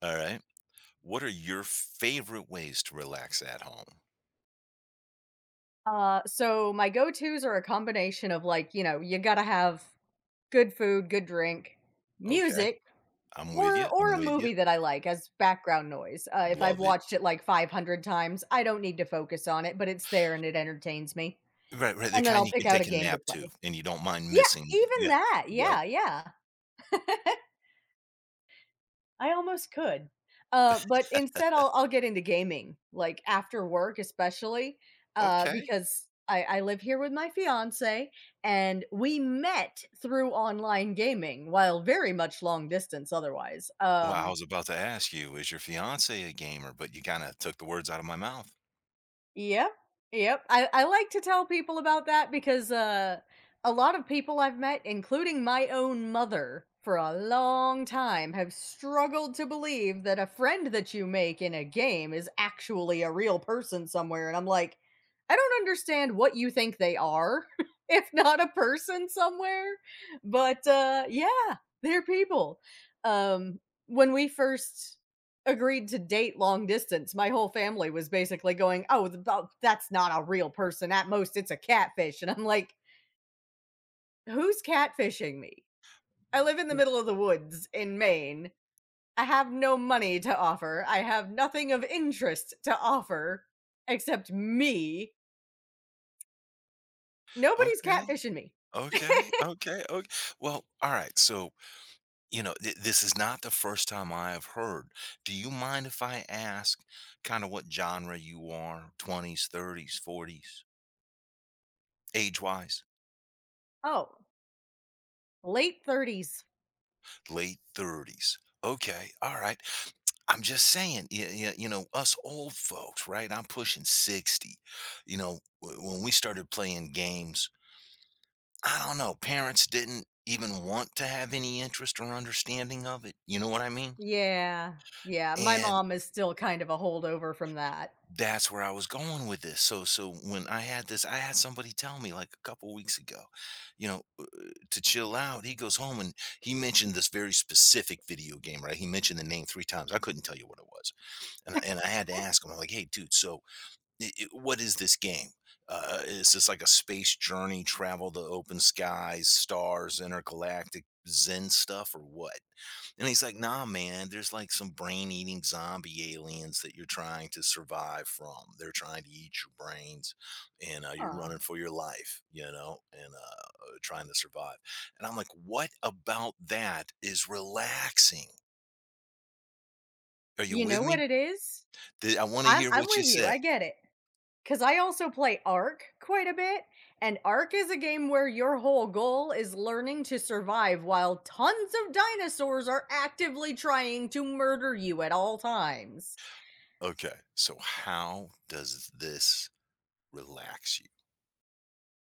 All right. What are your favorite ways to relax at home? So my go-tos are a combination of like, you gotta have good food, good drink, Okay. music, I'm with you. or I'm a with you. movie that I like as background noise. If I've Love it. watched it like 500 times, I don't need to focus on it, but it's there and it entertains me. Right, right. The And then kind I'll you pick can out a take a game to nap to play. and you don't mind Yeah, missing. even Yeah. that. Yep. Yeah, yeah. I almost could. But instead I'll get into gaming, like, after work especially, Okay. because I live here with my fiancé, and we met through online gaming, while very much long distance otherwise. Well, I was about to ask you, is your fiance a gamer? But you kind of took the words out of my mouth. Yep, yep. I like to tell people about that because, a lot of people I've met, including my own mother, for a long time have struggled to believe that a friend that you make in a game is actually a real person somewhere, and I'm like, "I don't understand what you think they are, if not a person somewhere." But, yeah, they're people. Um, when we first agreed to date long distance, my whole family was basically going, "Oh, that's not a real person. At most, it's a catfish." And I'm like, "Who's catfishing me? I live in the But middle of the woods in Maine. I have no money to offer. I have nothing of interest to offer except me. Nobody's okay, catfishing me." okay, okay, okay. Well, all right. So, you know, this is not the first time I have heard. Do you mind if I ask kind of what genre you are? 20s, 30s, 40s? Age wise? Oh, late 30s. Late 30s. Okay. All right. I'm just saying, you know, us old folks, right? I'm pushing 60. You know, when we started playing games, I don't know, parents didn't even want to have any interest or understanding of it. You know what I mean? Yeah. Yeah, my And mom is still kind of a holdover from that. that's where I was going with this. So when I had this, I had somebody tell me like a couple weeks ago, you know, to chill out, he goes home and he mentioned this very specific video game, right? He mentioned the name 3 times. I couldn't tell you what it was. And I had to ask him, I'm like, "Hey, dude, so what is this game? Is this like a space journey, travel to open skies, stars, intergalactic Zen stuff, or what? And he's like, nah, man, there's like some brain eating zombie aliens that you're trying to survive from. They're trying to eat your brains and you're Huh. running for your life, you know, and trying to survive. And I'm like, what about that is relaxing? Are you You with know what me? it is? I want to I'm hear I'm what you with you. say. I get it. Because I also play Ark quite a bit, and Ark is a game where your whole goal is learning to survive while tons of dinosaurs are actively trying to murder you at all times. Okay. So, how does this relax you.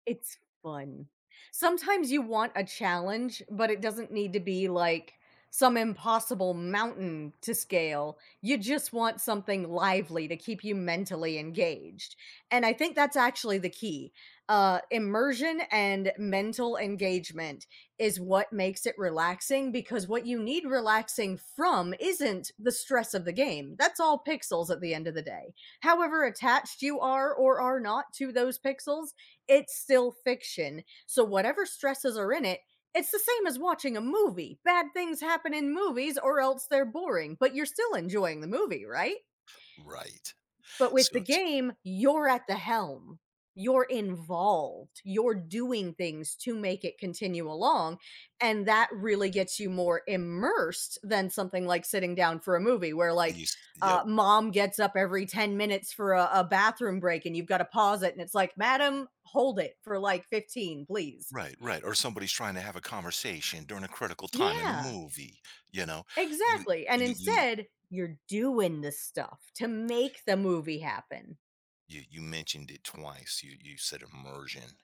It's fun. Sometimes you want a challenge, but it doesn't need to be like some impossible mountain to scale. You just want something lively to keep you mentally engaged. And I think that's actually the key. Immersion and mental engagement is what makes it relaxing, because what you need relaxing from isn't the stress of the game. That's all pixels at the end of the day. However attached you are or are not to those pixels, it's still fiction. So whatever stresses are in it, it's the same as watching a movie. Bad things happen in movies, or else they're boring, but you're still enjoying the movie, right? Right. But with So the it's game, you're at the helm. You're involved. You're doing things to make it continue along. And that really gets you more immersed than something like sitting down for a movie where, like, you s Yep. Mom gets up every 10 minutes for a bathroom break and you've got to pause it. And it's like, "Madam, hold it for like 15, please." Right, right, or somebody's trying to have a conversation during a critical time in the Yeah, movie, you know? You exactly. And you you instead, you're doing the stuff to make the movie happen. you mentioned it twice. You said immersion,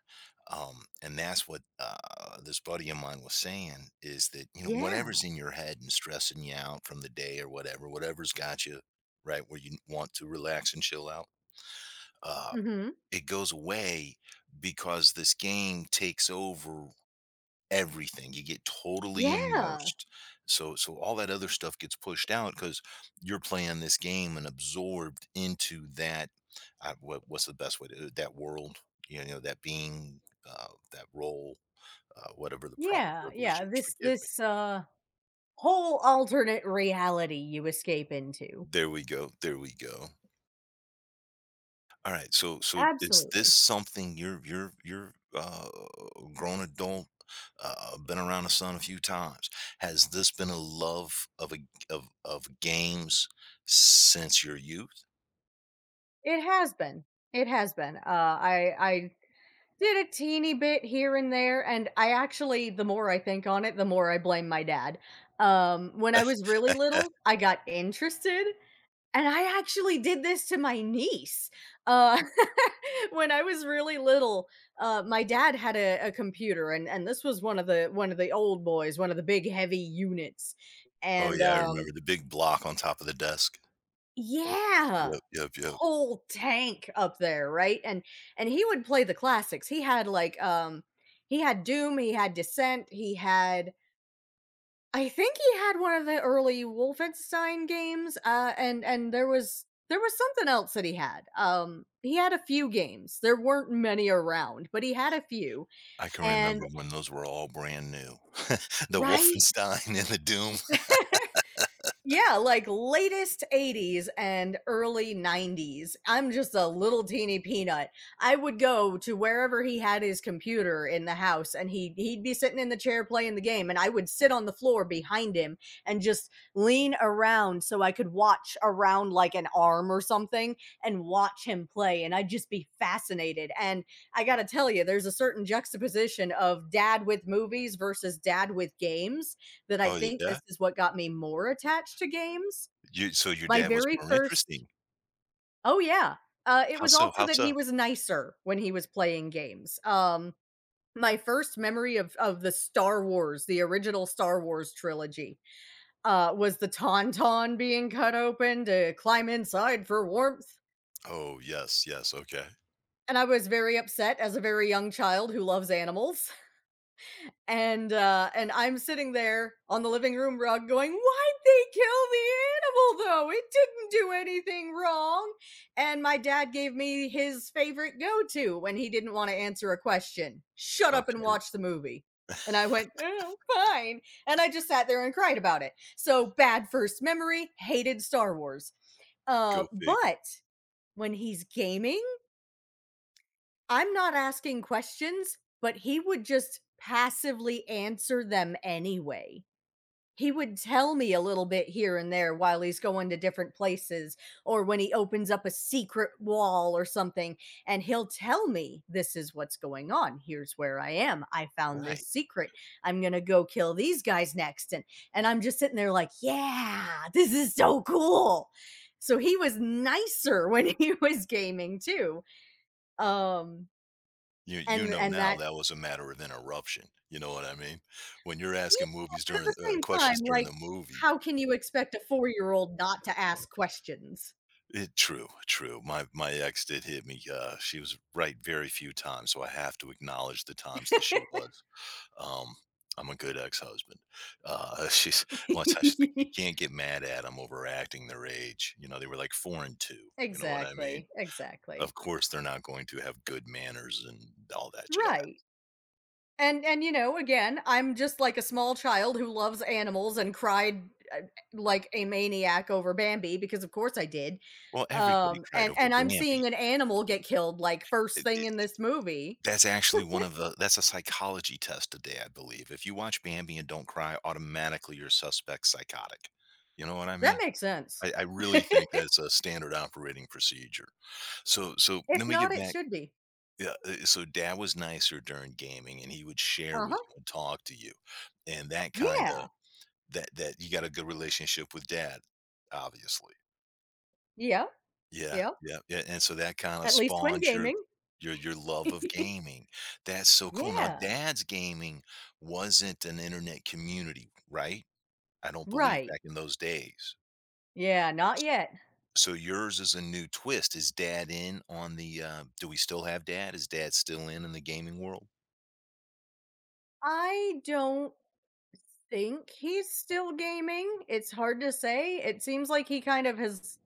and that's what, this buddy of mine was saying is that, you know, whatever's Yeah. in your head and stressing you out from the day or whatever, whatever's got you, right, where you want to relax and chill out, uh, Hmm. it goes away because this game takes over everything. You get totally Yeah. immersed. So all that other stuff gets pushed out because you're playing this game and absorbed into that. What's the best way to that world? You know that being, that role, whatever the proper Yeah, verb is. yeah, this Forgive me. this, whole alternate reality you escape into. There we go. There we go. All right, so is this Absolutely. something you're a grown adult, been around the sun a few times. Has this been a love of a of of games since your youth? It has been, it has been. I did a teeny bit here and there, and I actually, the more I think on it, the more I blame my dad. When I was really little, I got interested. And I actually did this to my niece, uh, when I was really little, my dad had a computer, and this was one of the old boys, one of the big heavy units, Oh and, yeah, I remember um the big block on top of the desk. Yeah! Yep, yep, yep. Whole tank up there, right? And he would play the classics. He had, like, he had Doom, he had Descent, he had I think he had one of the early Wolfenstein games, and there was something else that he had. He had a few games. There weren't many around, but he had a few. I can And remember when those were all brand new. The Right. Wolfenstein and the Doom. Yeah, like latest 80s and early 90s. I'm just a little teeny peanut. I would go to wherever he had his computer in the house, and he'd be sitting in the chair playing the game, and I would sit on the floor behind him and just lean around so I could watch around like an arm or something and watch him play, and I'd just be fascinated. And I got to tell you, there's a certain juxtaposition of dad with movies versus dad with games that I Oh think yeah. this is what got me more attached to games. You so your My dad was very more first interesting. Oh, yeah. It How was so? also How that he so? was nicer when he was playing games. My first memory of the Star Wars, the original Star Wars trilogy, was the Tauntaun being cut open to climb inside for warmth, Oh yes, yes. Okay. and I was very upset as a very young child who loves animals. And and I'm sitting there on the living room rug going, "Why'd they kill the animal, though? It didn't do anything wrong." And my dad gave me his favorite go-to when he didn't want to answer a question: "Shut up and Okay. watch the movie." And I went, "Oh, fine." And I just sat there and cried about it so bad. First memory, hated Star Wars. uh Go figure. but when he's gaming, I'm not asking questions, but he would just passively answer them anyway. He would tell me a little bit here and there while he's going to different places, or when he opens up a secret wall or something, and he'll tell me, "This is what's going on. Here's where I am. I found this Right. secret. I'm going to go kill these guys next." And, I'm just sitting there like, "Yeah, this is so cool." So he was nicer when he was gaming too. Um, You know and now that that was a matter of interruption, you know what I mean? When you're yeah, asking movies but at during the same questions time, during like, the movie. how can you expect a 4-year-old not to ask questions? It true, true. My ex did hit me, she was right very few times, so I have to acknowledge the times that she was. Um, I'm a good ex-husband. She's one time she's like, "You can't get mad at 'em overacting their age." You know, they were like 4 and 2, you know what I mean? Exactly, exactly. Of course, they're not going to have good manners and all that jazz. Right. And, again, I'm just like a small child who loves animals and cried, like a maniac over Bambi, because of course I did. Well, everybody Um, cried and over and I'm Bambi. seeing an animal get killed, like, first It thing it in this movie. that's actually one of the that's a psychology test today, I believe. If you watch Bambi and don't cry, automatically you're suspect psychotic. You know what I That mean? makes sense. I really think that's a standard operating procedure. So let If me not, get it back should be. yeah, so dad was nicer during gaming and he would share with Uh-huh. you and talk to you, and that kinda Yeah. that you got a good relationship with dad, obviously. Yeah. Yeah, Yep, yeah, yeah, and so that kinda at least when spawned your gaming. your your love of gaming. That's so cool. Now Yeah, dad's gaming wasn't an internet community, right? I don't believe right. back in those days. Yeah, not yet. S so yours is a new twist. Is dad in on the, do we still have dad? Is dad still in the gaming world? I don't think he's still gaming, it's hard to say. It seems like he kind of has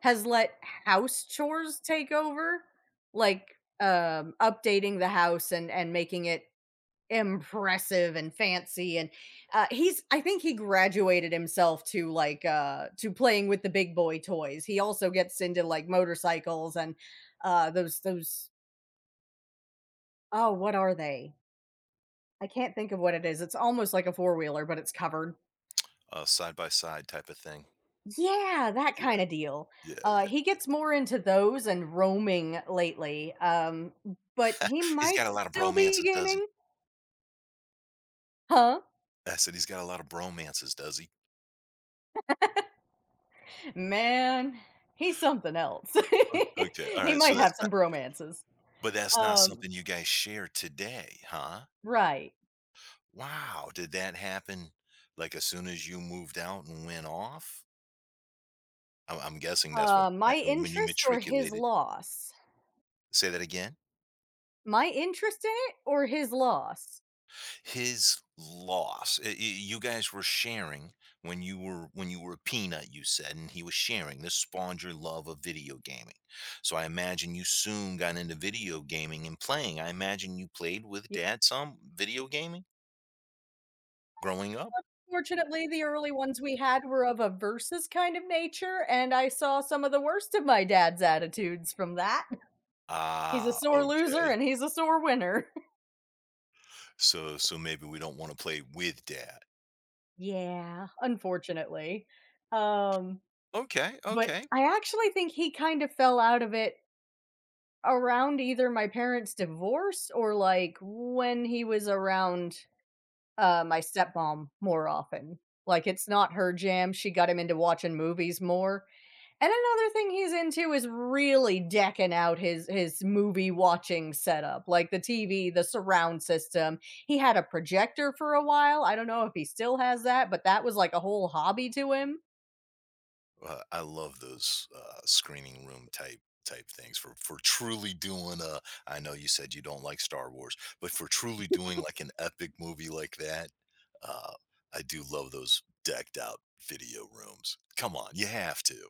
has let house chores take over, like, updating the house and making it impressive and fancy, and he's I think he graduated himself to, like, to playing with the big boy toys. He also gets into, like, motorcycles and, those, oh, what are they? I can't think of what it is. It's almost like a four-wheeler but it's covered. Side by side type of thing. Yeah, that Yeah, kind of deal. yeah, He yeah. gets more into those and roaming lately. But he He's might got a lot of still be bromances, does he? gaming. Huh. I said he's got a lot of bromances, does he? Man, he's something else. O okay, He alright, so might that's have some bromances. But that's not Um, something you guys share today, huh? right. Wow, did that happen, like, as soon as you moved out and went off? I'm guessing that's what Uh, that my when you interest or his matriculated. loss? Say that again? My interest in it or his loss? His loss, eh, y you guys were sharing when you were a peanut, you said, and he was sharing. This spawned your love of video gaming. So I imagine you soon got into video gaming and playing. I imagine you played with Yeah, dad some video gaming growing up? fortunately, the early ones we had were of a versus kind of nature, and I saw some of the worst of my dad's attitudes from that. He's a Ah, sore loser okay. and he's a sore winner. So so maybe we don't want to play with dad. Yeah, unfortunately. Um, Okay, but okay. I actually think he kind of fell out of it around either my parents' divorce or, like, when he was around, my stepmom more often. Like, it's not her jam, she got him into watching movies more, and another thing he's into is really decking out his movie watching setup, like the TV, the surround system. He had a projector for a while, I don't know if he still has that, but that was, like, a whole hobby to him. I love those screening room type things for truly doing a. I know you said you don't like Star Wars, but for truly doing like an epic movie like that, uh, I do love those decked out video rooms. Come on, you have to.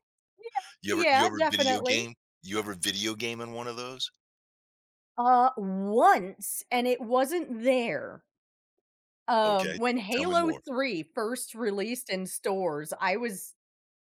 You Yeah, ever video definitely. game? You ever video game in one of those? Once, and it wasn't there. Okay, When tell me Halo more. Three first released in stores, I was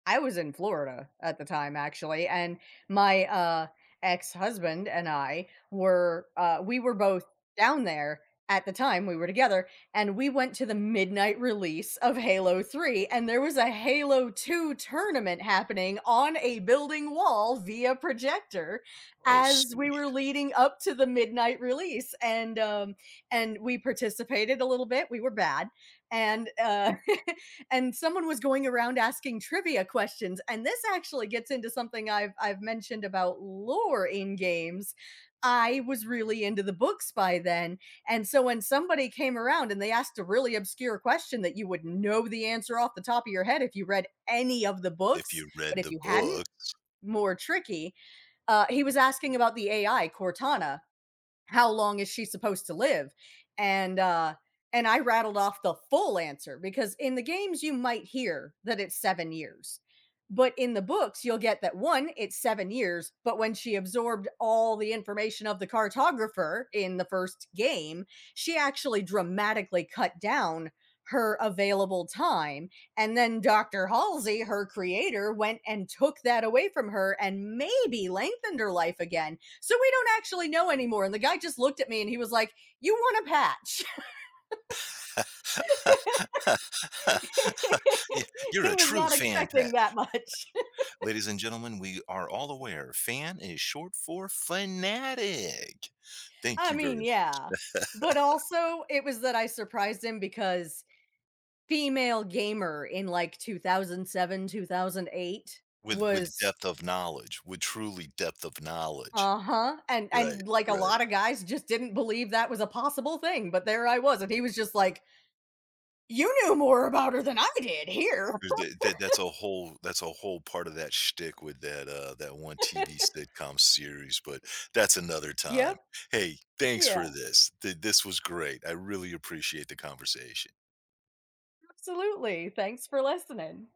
I was in Florida at the time, actually, and my, ex-husband and I were, we were both down there at the time, we were together, and we went to the midnight release of Halo 3, and there was a Halo 2 tournament happening on a building wall via projector Oh, as we were sweet. leading up to the midnight release, and we participated a little bit, we were bad, and, uh and someone was going around asking trivia questions, and this actually gets into something I've mentioned about lore in games. I was really into the books by then, and so when somebody came around and they asked a really obscure question that you would know the answer off the top of your head if you read any of the If books, you but read if the you hadn't, book. more tricky. He was asking about the AI Cortana, how long is she supposed to live. And uh and I rattled off the full answer, because in the games you might hear that it's 7 years, but in the books you'll get that, one, it's 7 years, but when she absorbed all the information of the cartographer in the first game, she actually dramatically cut down her available time, and then Dr. Halsey, her creator, went and took that away from her and maybe lengthened her life again, so we don't actually know anymore. And the guy just looked at me, and he was like, "You want a patch?" Yeah, you're He a was true not fan, expecting Pat. that much. Ladies and gentlemen, we are all aware fan is short for fanatic. Thank I you very mean, much. yeah. But also, it was that I surprised him because, female gamer in like 2007, 2008 With was. depth of knowledge, with truly depth of knowledge. Uh-huh. and Right, and like a right. lot of guys just didn't believe that was a possible thing, but there I was, and he was just like, "You knew more about her than I did here." That's a whole part of that shtick with that that one TV sitcom series, but that's another Yep. time. Hey, thanks for Yeah, this. This was great. I really appreciate the conversation. absolutely. Thanks for listening.